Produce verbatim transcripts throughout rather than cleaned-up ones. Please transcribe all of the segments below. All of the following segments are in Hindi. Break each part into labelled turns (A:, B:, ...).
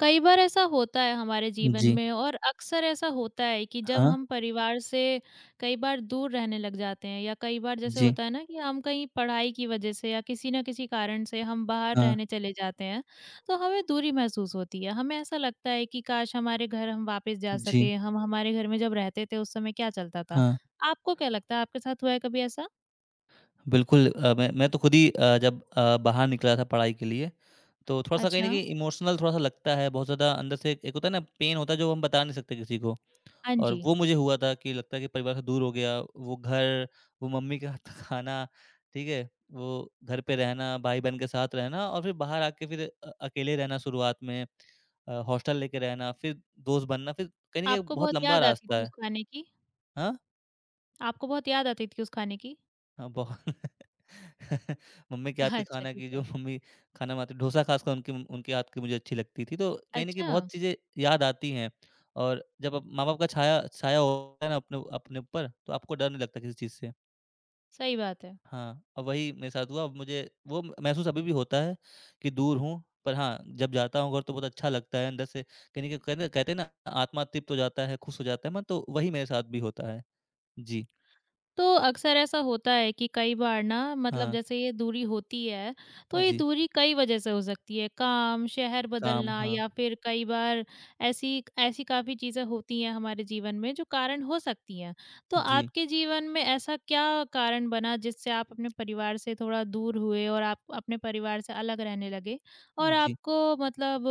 A: कई बार ऐसा होता है हमारे जीवन
B: जी,
A: में और अक्सर ऐसा होता है कि जब
B: हाँ,
A: हम परिवार से कई बार दूर रहने लग जाते हैं या कई बार जैसे
B: जी,
A: होता है ना कि हम कहीं पढ़ाई की वजह से या किसी ना किसी कारण से हम बाहर
B: हाँ,
A: रहने चले जाते हैं। तो हमें दूरी महसूस होती है, हमें ऐसा लगता है कि काश हमारे घर हम वापस जा
B: जी,
A: सके। हम हमारे घर में जब रहते थे उस समय क्या चलता था?
B: हाँ,
A: आपको क्या लगता है, आपके साथ हुआ है कभी ऐसा?
B: बिल्कुल अ, मैं मैं तो खुद ही अ, जब अ, बाहर निकला था पढ़ाई के लिए, तो थोड़ा-सा कहीं न
A: अच्छा।
B: कहीं इमोशनल थोड़ा-सा लगता है। बहुत ज़्यादा अंदर से एक होता है ना पेन होता है जो हम बता नहीं सकते किसी को।
A: हाँ
B: और
A: जी।
B: वो मुझे हुआ था कि लगता है कि परिवार से दूर हो गया, वो घर, वो मम्मी के हाथ का खाना, ठीक है? वो घर पे रहना, भाई-बहन के साथ रहना और फिर बाहर आके फिर अ, अकेले रहना शुरुआत में, अ, हॉस्टल लेके रहना, फिर दोस्त बनना, फिर कहीं न कहीं
A: आपको
B: बहुत
A: बहुत
B: लंबा
A: याद आती
B: रास्ता
A: थी उस
B: है।
A: खाने की?
B: हाँ?
A: आपको बहुत याद आती थी उस खाने की?
B: हाँ, बहुत। मम्मी के हाथ के
A: अच्छा,
B: खाना
A: ठीक
B: की जो
A: है।
B: मम्मी खाना बनाती डोसा खासकर उनके उनके हाथ की मुझे अच्छी लगती थी। तो कहीं न कहीं
A: अच्छा।
B: बहुत चीज़ें याद आती हैं। और जब अब माँ-बाप का छाया छाया होता है ना अपने अपने ऊपर तो आपको डर नहीं लगता किसी चीज़ से।
A: सही बात है।
B: हाँ, और वही मेरे साथ हुआ। अब मुझे वो महसूस अभी भी होता है कि दूर हूँ, पर हाँ, जब जाता हूँ घर तो बहुत अच्छा लगता है अंदर से कहीं न कहीं कहते कहते हैं ना आत्मा तृप्त हो जाता है, खुश हो जाता है मन तो वही मेरे साथ भी होता है। जी।
A: तो अक्सर ऐसा होता है कि कई बार ना, मतलब
B: हाँ,
A: जैसे ये दूरी होती है, तो ये
B: जी।
A: दूरी कई वजह से हो सकती है। काम, शहर
B: काम
A: बदलना
B: हाँ।
A: या फिर कई बार ऐसी ऐसी काफ़ी चीज़ें होती हैं हमारे जीवन में जो कारण हो सकती हैं। तो
B: जी,
A: आपके जीवन में ऐसा क्या कारण बना जिससे आप अपने परिवार से थोड़ा दूर हुए और आप अपने परिवार से अलग रहने लगे? और
B: जी।
A: आपको मतलब,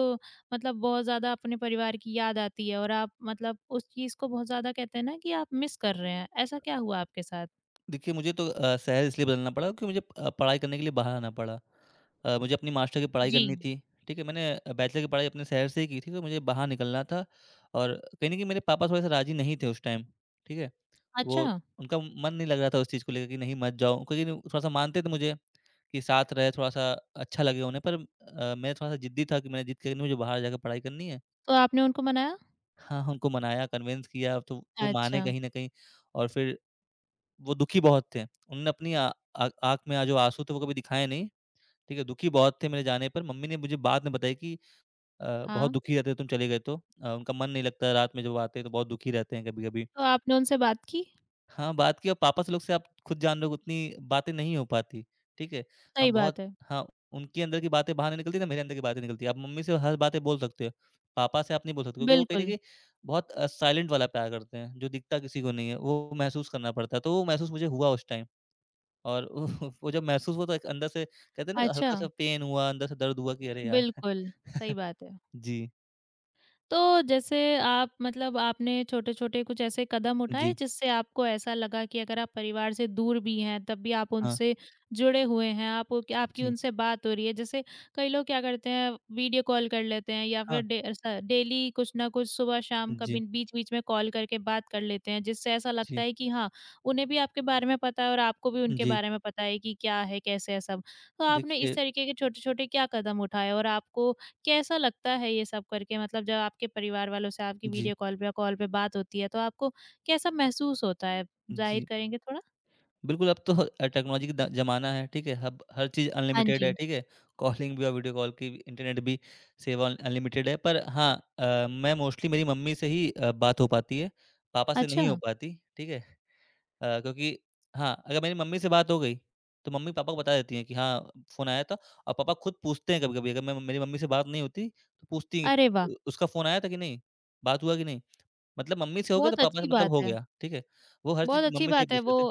A: मतलब बहुत ज़्यादा अपने परिवार की याद आती है और आप मतलब उस चीज़ को बहुत ज़्यादा कहते हैं ना कि आप मिस कर रहे हैं, ऐसा क्या हुआ आपके साथ?
B: देखिए, मुझे तो अ, शहर इसलिए बदलना पड़ा क्योंकि मुझे अ, पढ़ाई करने के लिए बाहर आना पड़ा। अ, मुझे अपनी मास्टर की पढ़ाई
A: जी।
B: करनी थी, ठीक है? मैंने अ, बैचलर की पढ़ाई अपने शहर से ही की थी, तो मुझे बाहर निकलना था और कहीं न कहीं मेरे पापा थोड़े-से राज़ी नहीं थे उस टाइम, ठीक है? वो
A: अच्छा।
B: उनका मन नहीं लग रहा था उस चीज़ को लेके कि नहीं मत जाओ, क्योंकि न थोड़ा-सा मानते थे मुझे कि साथ रहे, थोड़ा-सा अच्छा लगे उन्हें पर अ, मैं थोड़ा-सा ज़िद्दी था कि मैंने ज़िद करके नहीं, मुझे बाहर जाकर पढ़ाई करनी है।
A: तो आपने उनको मनाया?
B: हाँ, हाँ, उनको मनाया, कन्विन्स किया, तो वो माने
A: अच्छा।
B: कहीं न कहीं और फिर वो दुखी बहुत थे। उन्होंने अपनी आ आ आँख में आ जो आँसू थे वो कभी दिखाए नहीं, ठीक है? दुखी बहुत थे मेरे जाने पर। मम्मी ने मुझे बाद में बताया कि अ, बहुत
A: हाँ।
B: दुखी रहते तुम चले गए तो। अ, उनका मन नहीं लगता रात में जब वो आते हैं तो बहुत दुखी रहते हैं कभी-कभी।
A: तो आपने उनसे बात की?
B: हाँ, बात की अब पापा से लोग से आप खुद जान रहे हो उतनी बातें नहीं हो पाती, ठीक है?
A: सही
B: हम
A: बात
B: बहुत
A: है,
B: हाँ, उनके अंदर की बातें बाहर नहीं निकलती ना मेरे अंदर की बातें निकलती है। आप मम्मी से हर बातें बोल सकते हो, पापा से आप नहीं बोल सकते क्योंकि वो कहीं न
A: बिल्कुल।
B: कहीं बहुत अ, साइलेंट वाला प्यार करते हैं, जो दिखता किसी को नहीं है, वो महसूस करना पड़ता है। तो वो महसूस मुझे हुआ उस टाइम। और वो वो जब महसूस हुआ तो एक अंदर से कहते हैं ना
A: अच्छा।
B: हल्का-सा पेन हुआ, अंदर से दर्द हुआ कि अरे यार!
A: बिल्कुल। सही बात है।
B: जी,
A: तो जैसे आप मतलब आपने छोटे-छोटे कुछ ऐसे कदम उठाए
B: जी,
A: जिससे आपको ऐसा लगा कि अगर आप परिवार से दूर भी हैं तब भी आप
B: हाँ,
A: उनसे जुड़े हुए हैं, आप, आपकी
B: जी,
A: उनसे बात हो रही है। जैसे कई लोग क्या करते हैं, वीडियो कॉल कर लेते हैं या फिर
B: हाँ,
A: डे स डेली कुछ न कुछ सुबह-शाम कभी
B: जी,
A: बीच-बीच में कॉल करके बात कर लेते हैं जिससे ऐसा लगता
B: जी,
A: है कि हाँ, उन्हें भी आपके बारे में पता है और आपको भी उनके
B: जी।
A: बारे में पता है कि क्या है, कैसे है सब। तो आपने इस
B: देखिए
A: तरीके के छोटे-छोटे क्या कदम उठाए और आपको कैसा लगता है ये सब करके, मतलब जब आपके परिवार वालों से आपकी
B: जी,
A: वीडियो कॉल पे या कॉल पे बात होती है तो आपको कैसा महसूस होता है? ज़ाहिर
B: जी।
A: करेंगे थोड़ा?
B: बिल्कुल, अब तो अ, टेक्नोलॉजी का द ज़माना है, ठीक है? अब हर चीज़
A: हाँ
B: अनलिमिटेड है,
A: जी।
B: ठीक है? कॉलिंग भी और वीडियो कॉल की भी, इंटरनेट भी सेवा अन अनलिमिटेड है। पर हाँ अ, मैं मोस्टली मेरी मम्मी से ही अ, बात हो पाती है, पापा से
A: अच्छा।
B: नहीं हो पाती, ठीक है? अ, क्योंकि हाँ, अगर मेरी मम्मी से बात हो गई, तो मम्मी-पापा को बता देती हैं कि हाँ, फ़ोन आया था और पापा खुद पूछते हैं कभी-कभी अगर मैं मेरी मम्मी से बात नहीं होती, तो पूछती हैं कि,
A: अरे वाह!
B: "उ उसका फ़ोन आया था कि नहीं? बात हुआ कि नहीं?" मतलब मम्मी से हो गया तो
A: बहुत
B: पापा से
A: अच्छी
B: मतलब
A: बात
B: हो
A: है।
B: गया, ठीक है? वो हर चीज़
A: बहुत अच्छी
B: मम्मी से ही
A: बात है
B: पूछते
A: वो।
B: थे।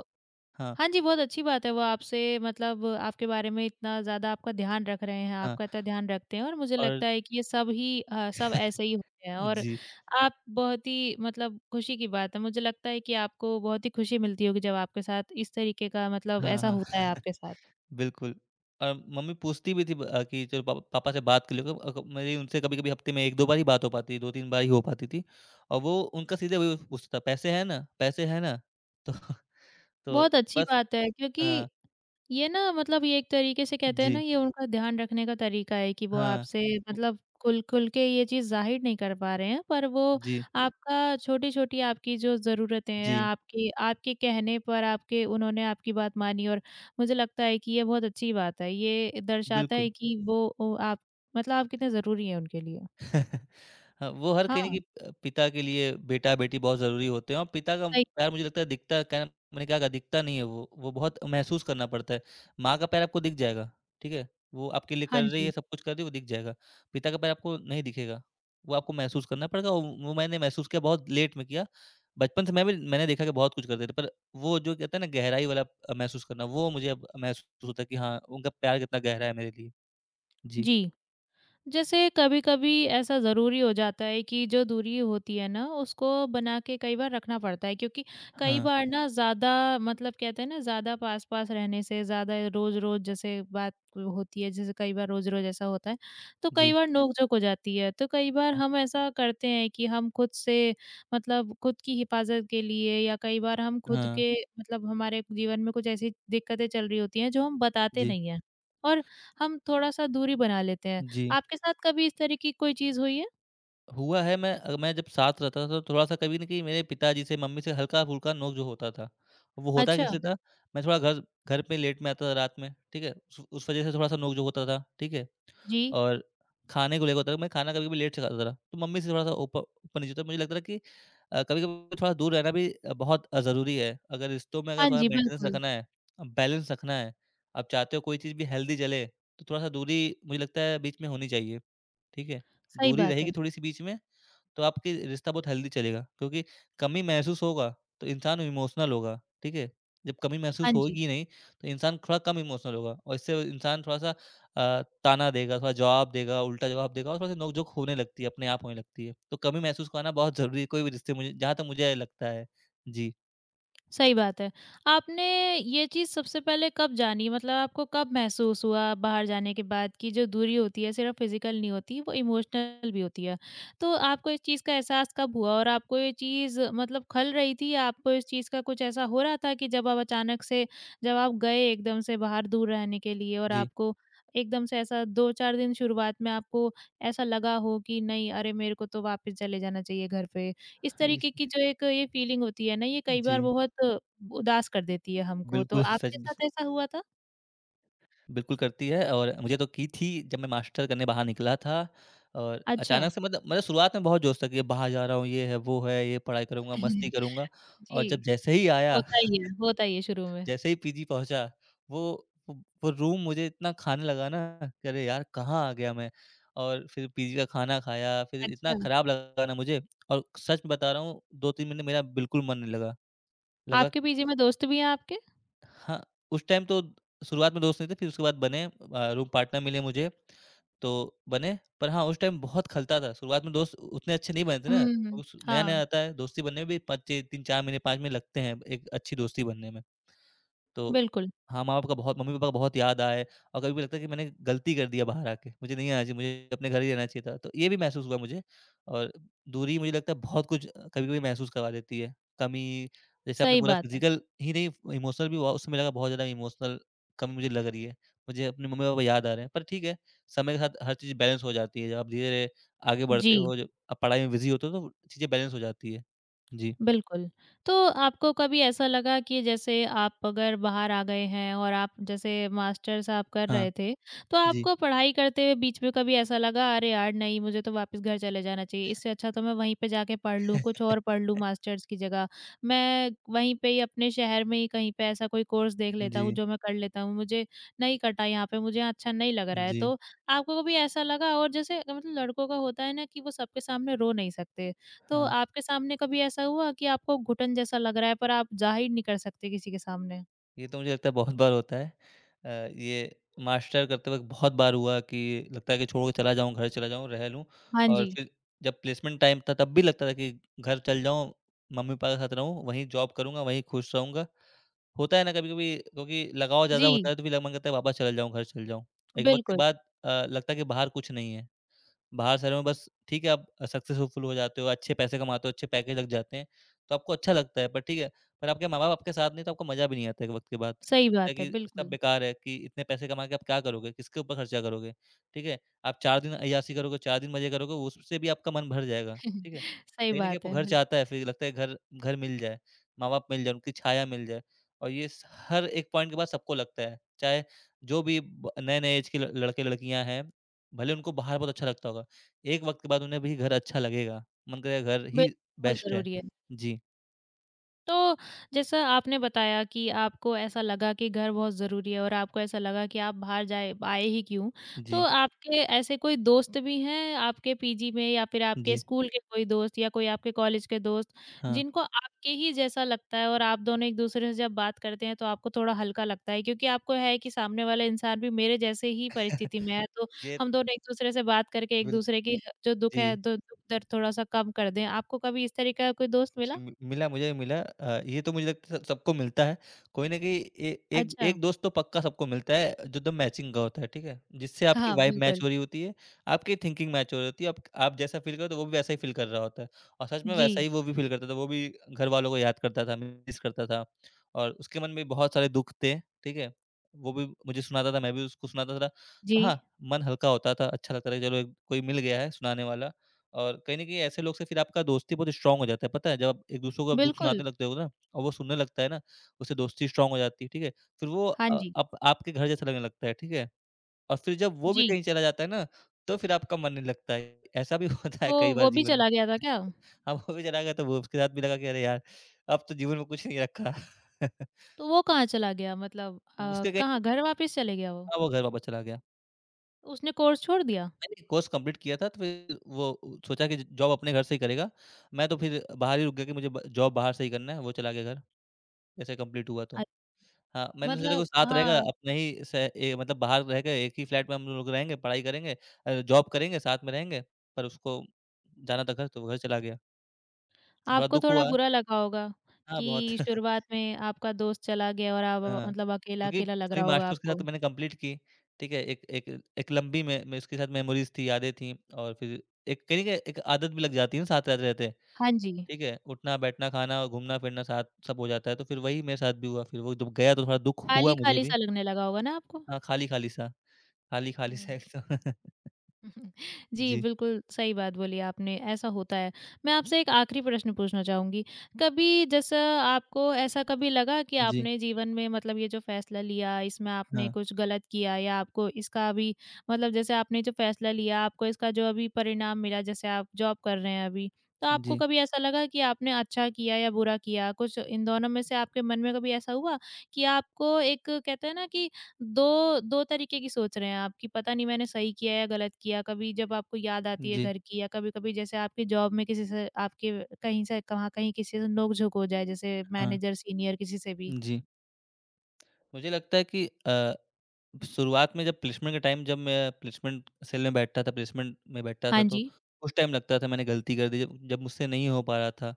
B: हाँ,
A: हाँ जी, बहुत अच्छी बात है वो, आपसे मतलब आपके बारे में इतना ज़्यादा आपका ध्यान रख रहे हैं,
B: हाँ
A: आपका इतना ध्यान रखते हैं और मुझे
B: और
A: लगता है कि ये सब ही अ, सब ऐसे ही होते हैं। और
B: जी,
A: आप बहुत ही मतलब खुशी की बात है। मुझे लगता है कि आपको बहुत ही खुशी मिलती होगी जब आपके साथ इस तरीके का मतलब
B: हाँ,
A: ऐसा
B: हाँ,
A: होता है आपके साथ।
B: बिल्कुल और मम्मी पूछती भी थी ब अ, कि चलो पाप पापा से बात कर लो अ, क मेरी उनसे कभी-कभी हफ़्ते में एक दो बार ही बात हो पाती है, दो तीन बार ही हो पाती थी और वो उनका सीधे वही पूछता था, "पैसे हैं ना? पैसे हैं ना?" तो तो
A: बहुत अच्छी
B: बस।
A: बात है क्योंकि
B: हाँ,
A: ये ना मतलब ये एक तरीके से कहते हैं ना,
B: जी,
A: ये उनका ध्यान रखने का तरीका है कि वो
B: हाँ,
A: आपसे
B: वो
A: मतलब खुल खुल के ये चीज़ ज़ाहिर नहीं कर पा रहे हैं, पर वो
B: जी,
A: आपका छोटी-छोटी आपकी जो ज़रूरतें हैं
B: जी,
A: आपकी, आपके कहने पर आपके उन्होंने आपकी बात मानी और मुझे लगता है कि ये बहुत अच्छी बात है। ये दर्शाता
B: बिल्कुल।
A: है कि वो ओ आप मतलब आप कितने ज़रूरी हैं उनके लिए।
B: हाँ, वो हर कहीं
A: हाँ,
B: कि अ, पिता के लिए बेटा-बेटी बहुत ज़रूरी होते हैं और पिता का
A: सही।
B: प्यार मुझे लगता है दिखता क्या मैंने क्या कहा दिखता नहीं है वो, वो बहुत महसूस करना पड़ता है। माँ का प्यार आपको दिख जाएगा, ठीक है? वो आपके लिए
A: हाँ
B: कर रही
A: जी।
B: है, सब कुछ कर रही है, वो दिख जाएगा। पिता का प्यार आपको नहीं दिखेगा, वो आपको महसूस करना पड़ेगा और वो मैंने महसूस किया बहुत लेट में किया। बचपन से मैं भी मैंने देखा कि बहुत कुछ करते थे पर वो जो कहते हैं ना गहराई वाला अ, महसूस करना वो मुझे अब महसूस होता है कि हाँ, उनका प्यार कितना गहरा है मेरे लिए। जी।
A: जी। जैसे कभी-कभी ऐसा ज़रूरी हो जाता है कि जो दूरी होती है ना, उसको बना के कई बार रखना पड़ता है क्योंकि कई
B: हाँ।
A: बार ना ज़्यादा मतलब कहते हैं ना, ज़्यादा पास-पास रहने से, ज़्यादा रोज़-रोज़ जैसे बात होती है, जैसे कई बार रोज़-रोज़ ऐसा होता है, तो कई
B: जी।
A: बार नोक-झोंक हो जाती है। तो कई बार
B: हाँ।
A: हम ऐसा करते हैं कि हम खुद से मतलब खुद की हिफाज़त के लिए या कई बार हम खुद
B: हाँ।
A: के मतलब हमारे जीवन में कुछ ऐसी दिक्कतें चल रही होती हैं, जो हम बताते
B: जी।
A: नहीं हैं और हम थोड़ा-सा दूरी बना लेते हैं।
B: जी।
A: आपके साथ कभी इस तरह की कोई चीज़ हुई है?
B: हुआ है मैं अ, मैं जब साथ रहता था तो थोड़ा-सा कभी न कभी मेरे पिताजी से, मम्मी से हल्का-फुल्का नोक-झोंक होता था। वो होता
A: अच्छा।
B: किस लिए था? मैं थोड़ा घर घर पे लेट में आता था रात में, ठीक है? उस उस वजह से थोड़ा-सा नोक-झोंक होता था, ठीक है?
A: जी।
B: और खाने को लेके होता था, मैं खाना कभी-कभी लेट से खाता था। तो मम्मी से थोड़ा-सा ऊपर ऊपर-नीचे होता था। मुझे लगता था कि अ, कभी-कभी थोड़ा दूर रहना भी अ, बहुत अ, ज़रूरी है। अगर रिश्तों में
A: हाँ
B: अगर थोड़ा
A: जी,
B: मेंटेनेंस
A: बिल्कुल,
B: रखना है, बैलेंस रखना है, आप चाहते हो कोई चीज़ भी हेल्दी चले, तो थोड़ा-सा दूरी मुझे लगता है बीच में होनी चाहिए, ठीक है?
A: सही
B: दूरी
A: बात है।
B: रहेगी थोड़ी-सी बीच में तो आपकी रिश्ता बहुत हेल्दी चलेगा क्योंकि कमी महसूस होगा तो इंसान इमोशनल होगा, ठीक है? जब कमी
A: हाँ
B: महसूस
A: जी।
B: होगी ही नहीं तो इंसान थोड़ा कम इमोशनल होगा और इससे इंसान थोड़ा-सा अ, ताना देगा, थोड़ा जवाब देगा, उल्टा जवाब देगा और थोड़ा-सा नोक-झोंक होने लगती है, अपने आप होने लगती है। तो कमी महसूस कराना बहुत ज़रूरी है कोई भी रिश्ते मुझे जहाँ तक मुझे लगता है। जी,
A: सही बात है। आपने ये चीज़ सबसे पहले कब जानी? मतलब आपको कब महसूस हुआ बाहर जाने के बाद कि जो दूरी होती है सिर्फ़ फ़िज़िकल नहीं होती, वो इमोशनल भी होती है? तो आपको इस चीज़ का एहसास कब हुआ और आपको ये चीज़ मतलब खल रही थी या आपको इस चीज़ का कुछ ऐसा हो रहा था कि जब आप अचानक से, जब आप गए एकदम से बाहर दूर रहने के लिए और
B: जी।
A: आपको एकदम से ऐसा दो चार दिन शुरुआत में आपको ऐसा लगा हो कि नहीं, अरे! मेरे को तो वापस चले जाना चाहिए घर पे? इस
B: अ, इस
A: तरीके की जो एक ये फीलिंग होती है ना, ये कई बार
B: जी,
A: बहुत उदास कर देती है हमको, तो
B: बिल्कुल सच
A: आपके
B: ब
A: साथ ऐसा हुआ था?
B: बिल्कुल करती है और मुझे तो की थी जब मैं मास्टर करने बाहर निकला था और
A: अच्छा।
B: अचानक से मतलब मतलब शुरुआत में बहुत जोश था कि ये बाहर जा रहा हूँ, ये है, वो है, ये पढ़ाई करूँगा, मस्ती करूँगा और जब
A: जी।
B: जैसे ही आया,
A: होता ही है, होता ही है शुरू में।
B: जैसे ही पीजी पहुँचा, वो वो वो रूम मुझे इतना खाने लगा ना कि अरे यार! कहाँ आ गया मैं? और फिर पीजी का खाना खाया, फिर
A: अच्छा।
B: इतना खराब लगा ना मुझे और सच बता रहा हूँ दो तीन महीने मेरा बिल्कुल मन नहीं लगा। लगा
A: आपके पीजी में दोस्त भी हैं आपके?
B: हाँ, उस टाइम तो शुरुआत में दोस्त नहीं थे, फिर उसके बाद बने अ, रूम पार्टनर मिले मुझे, तो बने। पर हाँ, उस टाइम बहुत खलता था, शुरुआत में दोस्त उतने अच्छे नहीं बने थे
A: हुँ,
B: ना,
A: हुँ।
B: उस नया-नया
A: हाँ,
B: आता है, दोस्ती बनने में भी पाँच चे तीन चार महीने, पाँच महीने लगते हैं, एक अच्छी दोस्ती बनने में। तो
A: बिल्कुल,
B: हाँ, माँ-बाप का बहुत मम्मी-पापा का बहुत याद आए और कभी-कभी लगता है कि मैंने गलती कर दी है बाहर आके, मुझे नहीं आना चाहिए, मुझे अपने घर ही रहना चाहिए था। तो ये भी महसूस हुआ मुझे और दूरी मुझे लगता है बहुत कुछ कभी-कभी महसूस करवा देती है। कमी जैसे आपने
A: सही
B: बोला
A: बात है।
B: फ़िज़िकल ही नहीं इमोशनल भी हुआ, उससे मुझे लगा बहुत ज़्यादा इमोशनल कमी मुझे लग रही है। मुझे अपने मम्मी-पापा याद आ रहे हैं, पर ठीक है, समय के साथ हर चीज़ बैलेंस हो जाती है। जब आप धीरे-धीरे आगे
A: जी।
B: बढ़ते हो, जब आप पढ़ाई में बिज़ी होते हो तो चीज़ें बैलेंस हो जाती है। जी।
A: बिल्कुल। तो आपको कभी ऐसा लगा कि जैसे आप अगर बाहर आ गए हैं और आप जैसे मास्टर्स आप कर
B: हाँ,
A: रहे थे, तो
B: जी।
A: आपको पढ़ाई करते हुए बीच में कभी ऐसा लगा अरे यार! नहीं मुझे तो वापस घर चले जाना चाहिए, इससे अच्छा तो मैं वहीं पे जाके पढ़ लूँ, कुछ और पढ़ लूँ मास्टर्स की जगह। मैं वहीं पे ही अपने शहर में ही कहीं पे ऐसा कोई कोर्स देख लेता हूँ
B: जी,
A: जो मैं कर लेता हूँ, मुझे नहीं कटा यहाँ पे, मुझे यहाँ अच्छा नहीं लग रहा है।
B: जी,
A: तो आपको कभी ऐसा लगा? और जैसे मतलब लड़कों का होता है ना कि वो सबके सामने रो नहीं सकते। तो
B: हाँ।
A: आपके सामने कभी ऐसा हुआ कि आपको घुटन जैसा लग रहा है पर आप ज़ाहिर नहीं कर सकते किसी के सामने?
B: ये तो मुझे लगता है बहुत बार होता है। अ, ये मास्टर करते वक़्त बहुत बार हुआ कि लगता है कि छोड़ के चला जाऊँ, घर चला जाऊँ, रह लूँ
A: हाँ
B: और
A: जी।
B: फिर जब प्लेसमेंट टाइम था तब भी लगता था कि घर चल जाऊँ, मम्मी-पापा के साथ रहूँ, वहीं जॉब करूँगा, वहीं खुश रहूँगा। होता है ना कभी-कभी क्योंकि लगाव ज़्यादा होता
A: जी,
B: है तो भी ल मन करता है वापस चला जाऊँ, घर चल जाऊँ। एक वक़्त के
A: बिल्कुल,
B: बाद अ, लगता है कि बाहर कुछ नहीं है। बाहर शहरों में बस ठीक है आप सक्सेसफुल हो जाते हो, अच्छे पैसे कमाते हो, अच्छे पैकेज लग जाते हैं, तो आपको अच्छा लगता है। पर ठीक है, पर आपके माँ-बाप आपके साथ नहीं तो आपको मज़ा भी नहीं आता एक वक़्त के बाद।
A: सही
B: लगता है
A: बात है,
B: कि सब
A: बिल्कुल।
B: बेकार है कि इतने पैसे कमा के आप क्या करोगे? किसके ऊपर खर्चा करोगे? ठीक है, आप चार दिन अय्याशी करोगे, चार दिन मज़े करोगे, उससे भी आपका मन भर जाएगा। ठीक है?
A: सही
B: कहीं न कहीं
A: बात
B: आपको
A: है,
B: घर चाहता
A: बिल्कुल।
B: है, फिर लगता है घर घर मिल जाए, माँ-बाप मिल जाए, उनकी छाया मिल जाए और ये स हर एक पॉइंट के बाद सबको लगता है। चाहे जो भी ब नए-नए ऐज के ल लड़के-लड़कियाँ हैं, भले उनको बाहर बहुत अच्छा लगता होगा। एक वक़्त के बाद उन्हें भी घर अच्छा लगेगा, मन करेगा घर
A: बिल
B: ही
A: बहुत
B: बेस्ट है।
A: ज़रूरी है।
B: जी,
A: तो जैसा आपने बताया कि आपको ऐसा लगा कि घर बहुत ज़रूरी है और आपको ऐसा लगा कि आप बाहर जाए आए ही क्यों? तो
B: जी,
A: आपके ऐसे कोई दोस्त भी हैं आपके पीजी में या फिर आपके
B: जी,
A: स्कूल के कोई दोस्त या कोई आपके कॉलेज के दोस्त,
B: हाँ।
A: जिनको आपके ही जैसा लगता है और आप दोनों एक-दूसरे से जब बात करते हैं तो आपको थोड़ा हल्का लगता है क्योंकि आपको है कि सामने वाला इंसान भी मेरे जैसे ही परिस्थिति में है, तो
B: ये
A: हम दोनों एक-दूसरे से बात करके
B: बिल
A: एक-दूसरे की जो दुःख
B: जी।
A: है, दो दुःख दर्द थोड़ा-सा कम कर दें। आपको कभी इस तरह का कोई दोस्त मिला?
B: जी, मि मिला मुझे मिला, अ, ये तो मुझे लगता है स सबको मिलता है। कोई ना कोई ए एक
A: अच्छा।
B: एक दोस्त तो पक्का सबको मिलता है जो एकदम मैचिंग का होता है, ठीक है? जिससे आपकी
A: हाँ,
B: वाइब मैच
A: बिल्कुल।
B: हो रही होती है, आपकी थिंकिंग मैच हो रही होती है, आप आप जैसा फ़ील करो तो वो भी वैसा ही फ़ील कर रहा होता है। और सच में
A: जी,
B: वैसा ही वो भी फ़ील करता था, वो भी घरवालों को याद करता था, मिस करता था और उसके मन में बहुत सारे दुःख थे, ठीक है? वो भी मुझे सुनाता था, मैं भी उसको सुनाता था।
A: जी,
B: तो हाँ, मन हल्का होता था, अच्छा लगता था कि चलो एक कोई मिल गया है सुनाने वाला। और कहीं न कहीं ऐसे लोग से फिर आपका दोस्ती बहुत स्ट्रॉन्ग हो जाता है, पता है? जब आप एक-दूसरे को आप दुःख
A: बिल्कुल।
B: सुनाने लगते हो ना और वो सुनने लगता है ना, उससे दोस्ती स्ट्रॉन्ग हो जाती है, ठीक है? फिर वो
A: हाँ
B: अ,
A: जी,
B: आप आपके घर जैसा लगने लगता है, ठीक है? और फिर जब वो भी
A: जी।
B: कहीं चला जाता है ना, तो फिर आपका मन नहीं लगता है। ऐसा भी होता है
A: तो
B: कई बार
A: वो भी
B: जीवन में।
A: चला गया था क्या?
B: अब वो भी चला गया तो वो उसके साथ भी लगा कि अरे यार! अब तो जीवन में कुछ नहीं रखा।
A: तो वो कहाँ चला गया मतलब अ,
B: उसके कहीं
A: कहाँ घर वापस चले गया वो?
B: हाँ, वो घर वापस चला गया।
A: उसने कोर्स छोड़ दिया?
B: मैंने कोर्स कंप्लीट किया था तो फिर वो सोचा कि जॉब अपने घर से ही करेगा। मैं तो फिर बाहर ही रुक गया कि मुझे ब जॉब बाहर से ही करना है, वो चला गया घर। जैसे कंप्लीट हुआ
A: अ,
B: तो। हाँ, मैंने सोचा
A: मतलब
B: कोई साथ रहेगा
A: हाँ,
B: अपने ही से, ए मतलब बाहर रह के एक ही फ्लैट में हम लोग रहेंगे, पढ़ाई करेंगे, अ, जॉब करेंगे, साथ में रहेंगे, पर उसको जाना था घर तो वो घर चला गया। थोड़ा
A: आपको
B: दुःख
A: थोड़ा
B: हुआ।
A: बुरा लगा होगा
B: हाँ, बहुत।
A: कि शुरुआत में आपका दोस्त चला गया और आप अ,
B: हाँ,
A: मतलब
B: क्योंकि
A: अकेला-अकेला लग
B: पूरी
A: रहा होगा
B: मास्टर्स के साथ
A: आपको।
B: तो मैंने कंप्लीट की, ठीक है? एक एक एक लंबी में में उसके साथ मेमोरीज़ थी, यादें थीं और फिर एक कहीं न कहीं एक आदत भी लग जाती है ना साथ रहते-रहते,
A: हाँ जी,
B: ठीक है? उठना, बैठना, खाना और घूमना-फिरना साथ सब हो जाता है, तो फिर वही मेरे साथ भी हुआ, फिर वो जब गया तो थोड़ा दुःख हुआ मुझे
A: खाली-खाली
B: भी।
A: सा लगने लगा होगा ना आपको?
B: हाँ, खाली-खाली सा। खाली-खाली सा
A: हुँ।
B: एकदम।
A: जी,
B: जी,
A: बिल्कुल सही बात बोली आपने, ऐसा होता है। मैं आपसे एक आखिरी प्रश्न पूछना चाहूँगी, कभी जैसा आपको ऐसा कभी लगा कि
B: जी,
A: आपने जीवन में मतलब ये जो फ़ैसला लिया, इसमें आपने
B: हाँ,
A: कुछ गलत किया या आपको इसका अभी मतलब जैसे आपने जो फ़ैसला लिया, आपको इसका जो अभी परिणाम मिला, जैसे आप जॉब कर रहे हैं अभी, तो आपको
B: जी,
A: कभी ऐसा लगा कि आपने अच्छा किया या बुरा किया? कुछ इन दोनों में से आपके मन में कभी ऐसा हुआ कि आपको एक कहते हैं ना कि 2 2 तरीके की सोच रहे हैं आप कि पता नहीं मैंने सही किया या गलत किया। कभी जब आपको याद आती है
B: जी,
A: घर की या कभी-कभी जैसे आपकी जॉब में किसी से आपके कहीं से कहाँ कहीं किसी से नोक-झोंक हो जाए, जैसे
B: हाँ,
A: मैनेजर, सीनियर किसी से भी।
B: जी। मुझे लगता है कि अ, शुरुआत में, जब प्लेसमेंट के टाइम जब मैं प्लेसमेंट सेल में बैठता था प्लेसमेंट में बैठता
A: हाँ
B: था, तो
A: जी।
B: उस टाइम लगता था मैंने गलती कर दी, जब जब मुझसे नहीं हो पा रहा था। अ,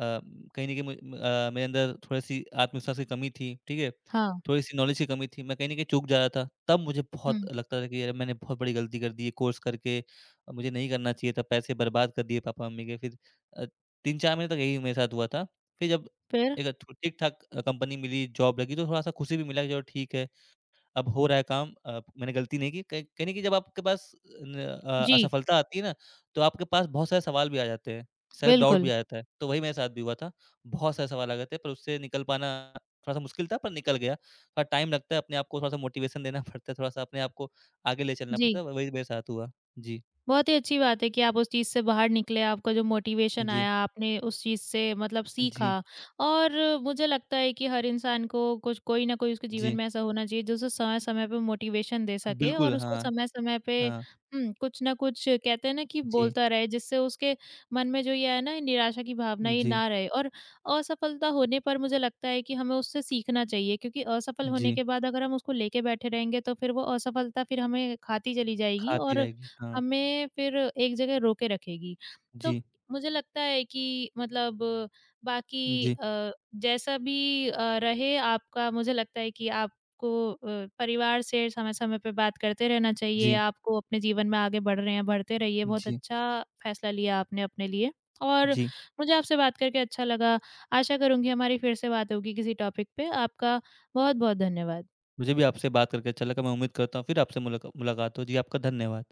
B: कहीं ना कहीं मुझ- अ, मेरे अंदर थोड़ी सी आत्मविश्वास की कमी थी, ठीक है,
A: हाँ।
B: थोड़ी सी नॉलेज की कमी थी, मैं कहीं ना कहीं चूक जा रहा था। तब मुझे बहुत
A: हुँ।
B: लगता था कि यार मैंने बहुत बड़ी गलती कर दी है कोर्स करके। अ, मुझे नहीं करना चाहिए था, पैसे बर्बाद कर दिए पापा मम्मी के। फिर अ, तीन चार महीने तक यही मेरे साथ हुआ था। फिर जब
A: फिर?
B: एक ठू ठीक-ठाक अ, कंपनी मिली, जॉब लगी तो थोड़ा-सा खुशी भी मिला कि चलो ठीक है, अब हो रहा है काम। अ, मैंने गलती नहीं की। कहीं कहीं न कहीं जब आपके पास न अ,
A: जी,
B: असफलता आती है ना, तो आपके पास बहुत सारे सवाल भी आ जाते हैं, सेल्फ डाउट
A: बिल्कुल।
B: भी आ जाता है। तो वही मेरे साथ भी हुआ था, बहुत सारे सवाल आ गए थे पर उससे निकल पाना थोड़ा-सा मुश्किल था, पर निकल गया। थोड़ा टाइम लगता है, अपने आप को थोड़ा-सा मोटिवेशन देना पड़ता है, थोड़ा-सा अपने आप को आगे ले चलना
A: जी।
B: पड़ता है, वही मेरे साथ हुआ। जी,
A: बहुत ही अच्छी बात है कि आप उस चीज़ से बाहर निकले, आपका जो मोटिवेशन
B: जी,
A: आया, आपने उस चीज़ से मतलब सीखा
B: जी,
A: और मुझे लगता है कि हर इंसान को कुछ कोई ना कोई उसके जीवन
B: जी।
A: में ऐसा होना चाहिए, जो उसे समय-समय पे मोटिवेशन दे सके और
B: बिल्कुल,
A: उसको
B: हाँ,
A: समय-समय पे,
B: हाँ।
A: हुँ, कुछ ना कुछ कहते हैं ना कि
B: जी,
A: बोलता रहे, जिससे उसके मन में जो ये है ना, निराशा की भावना ये
B: जी,
A: ना रहे। और असफलता होने पर मुझे लगता है कि हमें उससे सीखना चाहिए क्योंकि असफल होने
B: जी।
A: के बाद अगर हम उसको लेके बैठे रहेंगे, तो फिर वो असफलता फिर हमें खाती चली जाएगी
B: खाती
A: और
B: रहेगी, हाँ।
A: हमें फिर एक जगह रोके रखेगी। तो
B: जी,
A: मुझे लगता है कि मतलब बाकी
B: जी,
A: अ, जैसा भी अ, रहे आपका, मुझे लगता है कि आपको अ, परिवार से समय-समय पे बात करते रहना चाहिए।
B: जी,
A: आपको अपने जीवन में आगे बढ़ रहे हैं, बढ़ते रहिए। बहुत
B: जी,
A: अच्छा फैसला लिया आपने अपने लिए। और
B: जी।
A: मुझे आपसे बात करके अच्छा लगा। आशा करूँगी हमारी फिर से बात होगी किसी टॉपिक पे। आपका बहुत-बहुत धन्यवाद।
B: मुझे भी आपसे बात करके अच्छा लगा। मैं उम्मीद करता हूँ फिर आपसे मुलाका मुलाकात हो। जी, आपका धन्यवाद।